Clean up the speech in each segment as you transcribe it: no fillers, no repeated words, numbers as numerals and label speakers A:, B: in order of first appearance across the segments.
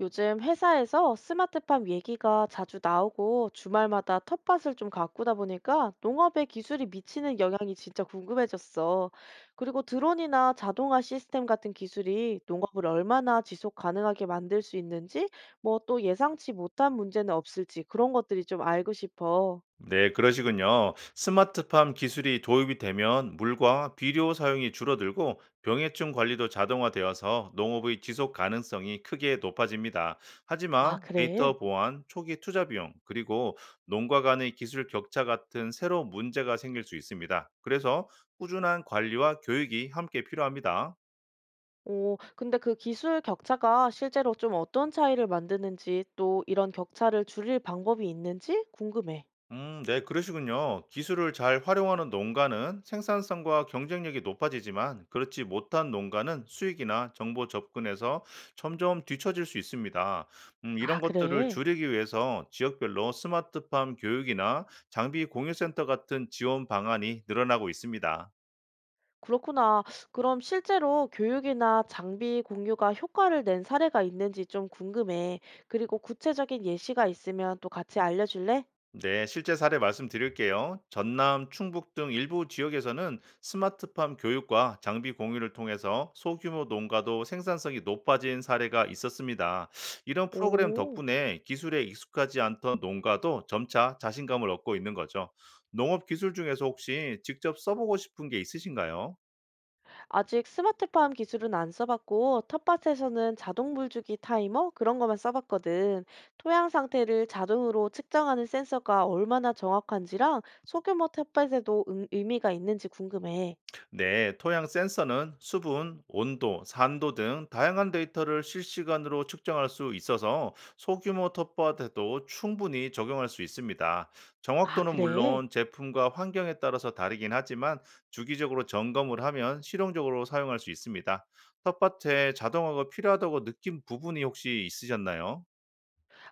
A: 요즘 회사에서 스마트팜 얘기가 자주 나오고 주말마다 텃밭을 좀 가꾸다 보니까 농업의 기술이 미치는 영향이 진짜 궁금해졌어. 그리고 드론이나 자동화 시스템 같은 기술이 농업을 얼마나 지속 가능하게 만들 수 있는지, 뭐 또 예상치 못한 문제는 없을지 그런 것들이 좀 알고 싶어.
B: 네, 그러시군요. 스마트팜 기술이 도입이 되면 물과 비료 사용이 줄어들고 병해충 관리도 자동화되어서 농업의 지속 가능성이 크게 높아집니다.
A: 아,
B: 하지만
A: 그래?
B: 데이터 보안, 초기 투자 비용, 그리고 농가 간의 기술 격차 같은 새로운 문제가 생길 수 있습니다. 그래서 꾸준한 관리와 교육이 함께 필요합니다.
A: 오, 근데 그 기술 격차가 실제로 좀 어떤 차이를 만드는지 또 이런 격차를 줄일 방법이 있는지 궁금해.
B: 네, 그러시군요. 기술을 잘 활용하는 농가는 생산성과 경쟁력이 높아지지만 그렇지 못한 농가는 수익이나 정보 접근에서 점점 뒤처질 수 있습니다.
A: 아,
B: 이런 것들을
A: 그래?
B: 줄이기 위해서 지역별로 스마트팜 교육이나 장비 공유센터 같은 지원 방안이 늘어나고 있습니다.
A: 그렇구나. 그럼 실제로 교육이나 장비 공유가 효과를 낸 사례가 있는지 좀 궁금해. 그리고 구체적인 예시가 있으면 또 같이 알려줄래?
B: 네, 실제 사례 말씀드릴게요. 전남, 충북 등 일부 지역에서는 스마트팜 교육과 장비 공유를 통해서 소규모 농가도 생산성이 높아진 사례가 있었습니다. 이런 프로그램
A: 오,
B: 덕분에 기술에 익숙하지 않던 농가도 점차 자신감을 얻고 있는 거죠. 농업 기술 중에서 혹시 직접 써보고 싶은 게 있으신가요?
A: 아직 스마트팜 기술은 안 써봤고, 텃밭에서는 자동 물주기 타이머? 그런 것만 써봤거든. 토양 상태를 자동으로 측정하는 센서가 얼마나 정확한지랑 소규모 텃밭에도 의미가 있는지 궁금해.
B: 네, 토양 센서는 수분, 온도, 산도 등 다양한 데이터를 실시간으로 측정할 수 있어서 소규모 텃밭에도 충분히 적용할 수 있습니다.
A: 아,
B: 정확도는
A: 그래?
B: 물론 제품과 환경에 따라서 다르긴 하지만 주기적으로 점검을 하면 실용적으로 사용할 수 있습니다. 텃밭에 자동화가 필요하다고 느낀 부분이 혹시 있으셨나요?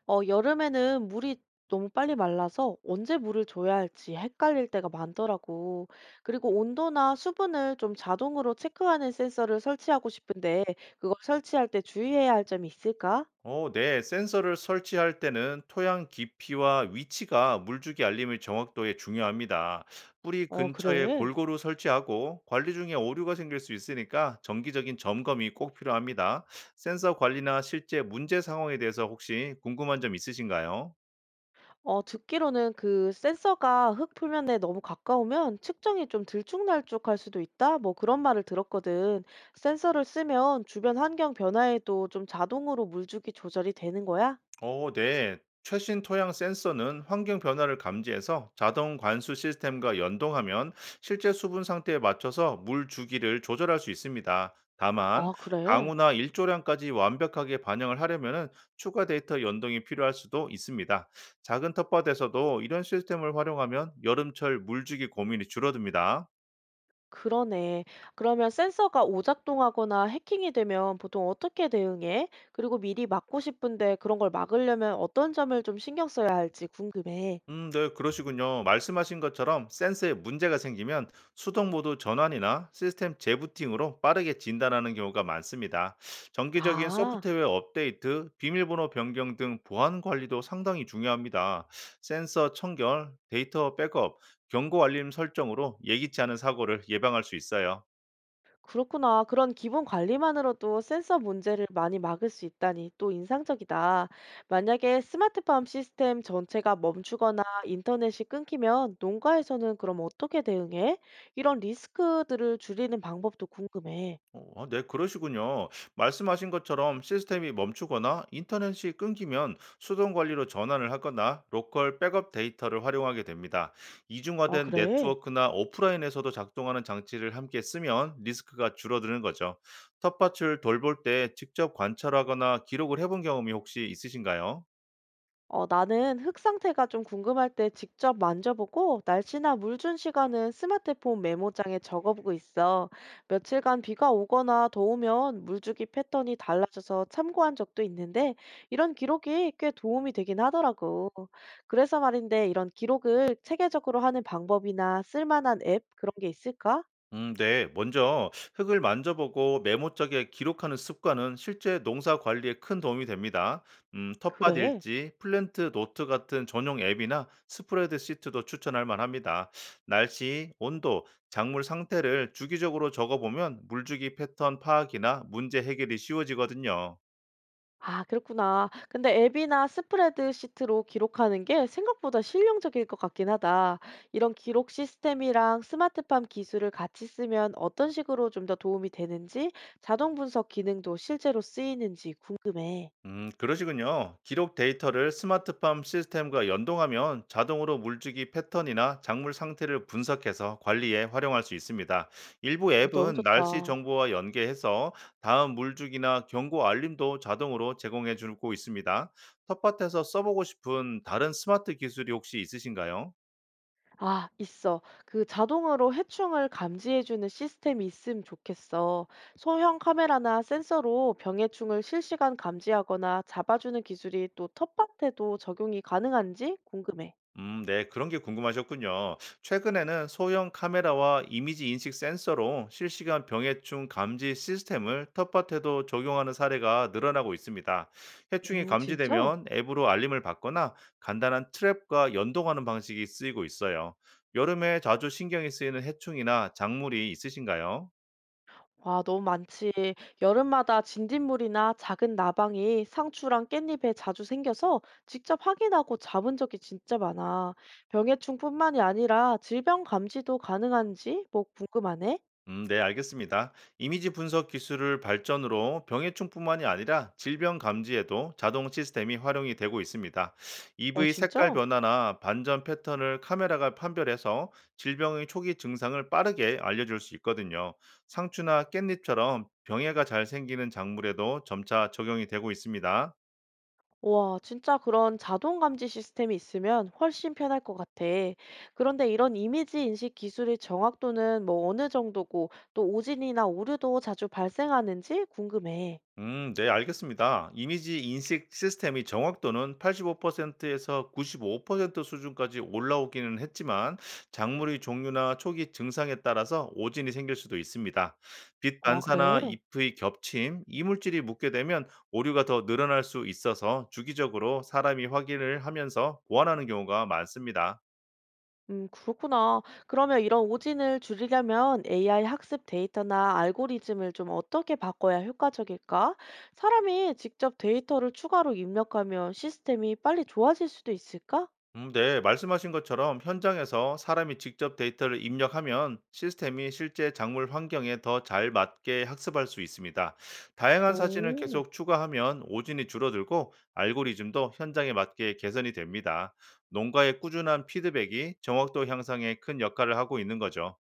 A: 어, 여름에는 물이 너무 빨리 말라서 언제 물을 줘야 할지 헷갈릴 때가 많더라고. 그리고 온도나 수분을 좀 자동으로 체크하는 센서를 설치하고 싶은데 그걸 설치할 때 주의해야 할 점이 있을까?
B: 네. 센서를 설치할 때는 토양 깊이와 위치가 물주기 알림의 정확도에 중요합니다. 뿌리
A: 어,
B: 근처에
A: 그래.
B: 골고루 설치하고 관리 중에 오류가 생길 수 있으니까 정기적인 점검이 꼭 필요합니다. 센서 관리나 실제 문제 상황에 대해서 혹시 궁금한 점 있으신가요?
A: 어, 듣기로는 그 센서가 흙 표면에 너무 가까우면 측정이 좀 들쭉날쭉할 수도 있다? 뭐 그런 말을 들었거든. 센서를 쓰면 주변 환경 변화에도 좀 자동으로 물주기 조절이 되는 거야?
B: 네. 최신 토양 센서는 환경 변화를 감지해서 자동 관수 시스템과 연동하면 실제 수분 상태에 맞춰서 물 주기를 조절할 수 있습니다. 다만
A: 아, 그래.
B: 강우나 일조량까지 완벽하게 반영을 하려면 추가 데이터 연동이 필요할 수도 있습니다. 작은 텃밭에서도 이런 시스템을 활용하면 여름철 물 주기 고민이 줄어듭니다.
A: 그러네. 그러면 센서가 오작동하거나 해킹이 되면 보통 어떻게 대응해? 그리고 미리 막고 싶은데 그런 걸 막으려면 어떤 점을 좀 신경 써야 할지 궁금해.
B: 네, 그러시군요. 말씀하신 것처럼 센서에 문제가 생기면 수동 모드 전환이나 시스템 재부팅으로 빠르게 진단하는 경우가 많습니다. 정기적인
A: 아,
B: 소프트웨어 업데이트, 비밀번호 변경 등 보안 관리도 상당히 중요합니다. 센서 청결, 데이터 백업, 경고 알림 설정으로 예기치 않은 사고를 예방할 수 있어요.
A: 그렇구나. 그런 기본 관리만으로도 센서 문제를 많이 막을 수 있다니 또 인상적이다. 만약에 스마트팜 시스템 전체가 멈추거나 인터넷이 끊기면 농가에서는 그럼 어떻게 대응해? 이런 리스크들을 줄이는 방법도 궁금해.
B: 네, 그러시군요. 말씀하신 것처럼 시스템이 멈추거나 인터넷이 끊기면 수동 관리로 전환을 하거나 로컬 백업 데이터를 활용하게 됩니다.
A: 아,
B: 이중화된
A: 그래?
B: 네트워크나 오프라인에서도 작동하는 장치를 함께 쓰면 리스크가 줄어드는 거죠. 텃밭을 돌볼 때 직접 관찰하거나 기록을 해본 경험이 혹시 있으신가요?
A: 어, 나는 흙 상태가 좀 궁금할 때 직접 만져보고 날씨나 물 준 시간은 스마트폰 메모장에 적어보고 있어. 며칠간 비가 오거나 더우면 물주기 패턴이 달라져서 참고한 적도 있는데 이런 기록이 꽤 도움이 되긴 하더라고. 그래서 말인데 이런 기록을 체계적으로 하는 방법이나 쓸만한 앱 그런 게 있을까?
B: 네. 먼저 흙을 만져보고 메모장에 기록하는 습관은 실제 농사 관리에 큰 도움이 됩니다. 텃밭
A: 그래.
B: 일지, 플랜트 노트 같은 전용 앱이나 스프레드 시트도 추천할 만합니다. 날씨, 온도, 작물 상태를 주기적으로 적어보면 물주기 패턴 파악이나 문제 해결이 쉬워지거든요.
A: 아 그렇구나. 근데 앱이나 스프레드시트로 기록하는 게 생각보다 실용적일 것 같긴 하다. 이런 기록 시스템이랑 스마트팜 기술을 같이 쓰면 어떤 식으로 좀 더 도움이 되는지, 자동 분석 기능도 실제로 쓰이는지 궁금해.
B: 그러시군요. 기록 데이터를 스마트팜 시스템과 연동하면 자동으로 물주기 패턴이나 작물 상태를 분석해서 관리에 활용할 수 있습니다. 일부
A: 어, 너무
B: 앱은 날씨
A: 좋다.
B: 정보와 연계해서 다음 물주기나 경고 알림도 자동으로 제공해 주고 있습니다. 텃밭에서 써보고 싶은 다른 스마트 기술이 혹시 있으신가요?
A: 아, 있어. 그 자동으로 해충을 감지해주는 시스템이 있음 좋겠어. 소형 카메라나 센서로 병해충을 실시간 감지하거나 잡아주는 기술이 또 텃밭에도 적용이 가능한지 궁금해.
B: 네, 그런 게 궁금하셨군요. 최근에는 소형 카메라와 이미지 인식 센서로 실시간 병해충 감지 시스템을 텃밭에도 적용하는 사례가 늘어나고 있습니다. 해충이
A: 오, 진짜?
B: 감지되면 앱으로 알림을 받거나 간단한 트랩과 연동하는 방식이 쓰이고 있어요. 여름에 자주 신경이 쓰이는 해충이나 작물이 있으신가요?
A: 와, 너무 많지. 여름마다 진딧물이나 작은 나방이 상추랑 깻잎에 자주 생겨서 직접 확인하고 잡은 적이 진짜 많아. 병해충뿐만이 아니라 질병 감지도 가능한지 뭐 궁금하네?
B: 네, 알겠습니다. 이미지 분석 기술을 발전으로 병해충뿐만이 아니라 질병 감지에도 자동 시스템이 활용이 되고 있습니다.
A: 어,
B: EV 색깔
A: 진짜?
B: 변화나 반전 패턴을 카메라가 판별해서 질병의 초기 증상을 빠르게 알려줄 수 있거든요. 상추나 깻잎처럼 병해가 잘 생기는 작물에도 점차 적용이 되고 있습니다.
A: 와, 진짜 그런 자동 감지 시스템이 있으면 훨씬 편할 것 같아. 그런데 이런 이미지 인식 기술의 정확도는 뭐 어느 정도고 또 오진이나 오류도 자주 발생하는지 궁금해.
B: 네, 알겠습니다. 이미지 인식 시스템이 정확도는 85%에서 95% 수준까지 올라오기는 했지만, 작물의 종류나 초기 증상에 따라서 오진이 생길 수도 있습니다. 빛
A: 아,
B: 반사나
A: 그래?
B: 잎의 겹침, 이물질이 묻게 되면 오류가 더 늘어날 수 있어서 주기적으로 사람이 확인을 하면서 보완하는 경우가 많습니다.
A: 그렇구나. 그러면 이런 오진을 줄이려면 AI 학습 데이터나 알고리즘을 좀 어떻게 바꿔야 효과적일까? 사람이 직접 데이터를 추가로 입력하면 시스템이 빨리 좋아질 수도 있을까?
B: 네, 말씀하신 것처럼 현장에서 사람이 직접 데이터를 입력하면 시스템이 실제 작물 환경에 더 잘 맞게 학습할 수 있습니다. 다양한 사진을
A: 오.
B: 계속 추가하면 오진이 줄어들고 알고리즘도 현장에 맞게 개선이 됩니다. 농가의 꾸준한 피드백이 정확도 향상에 큰 역할을 하고 있는 거죠.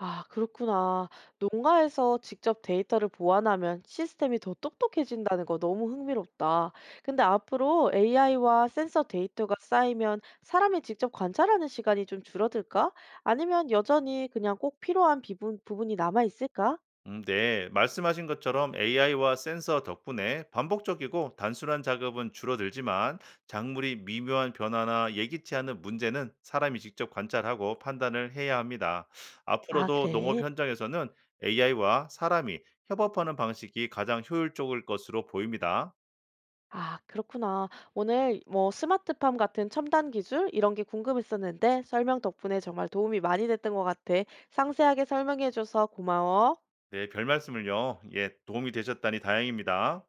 A: 아, 그렇구나. 농가에서 직접 데이터를 보완하면 시스템이 더 똑똑해진다는 거 너무 흥미롭다. 근데 앞으로 AI와 센서 데이터가 쌓이면 사람이 직접 관찰하는 시간이 좀 줄어들까? 아니면 여전히 그냥 꼭 필요한 부분, 부분이 남아 있을까?
B: 네. 말씀하신 것처럼 AI와 센서 덕분에 반복적이고 단순한 작업은 줄어들지만 작물이 미묘한 변화나 예기치 않은 문제는 사람이 직접 관찰하고 판단을 해야 합니다.
A: 아,
B: 앞으로도 농업
A: 그래.
B: 현장에서는 AI와 사람이 협업하는 방식이 가장 효율적일 것으로 보입니다.
A: 아, 그렇구나. 오늘 뭐 스마트팜 같은 첨단 기술 이런 게 궁금했었는데 설명 덕분에 정말 도움이 많이 됐던 것 같아. 상세하게 설명해줘서 고마워.
B: 네, 별 말씀을요. 예, 도움이 되셨다니 다행입니다.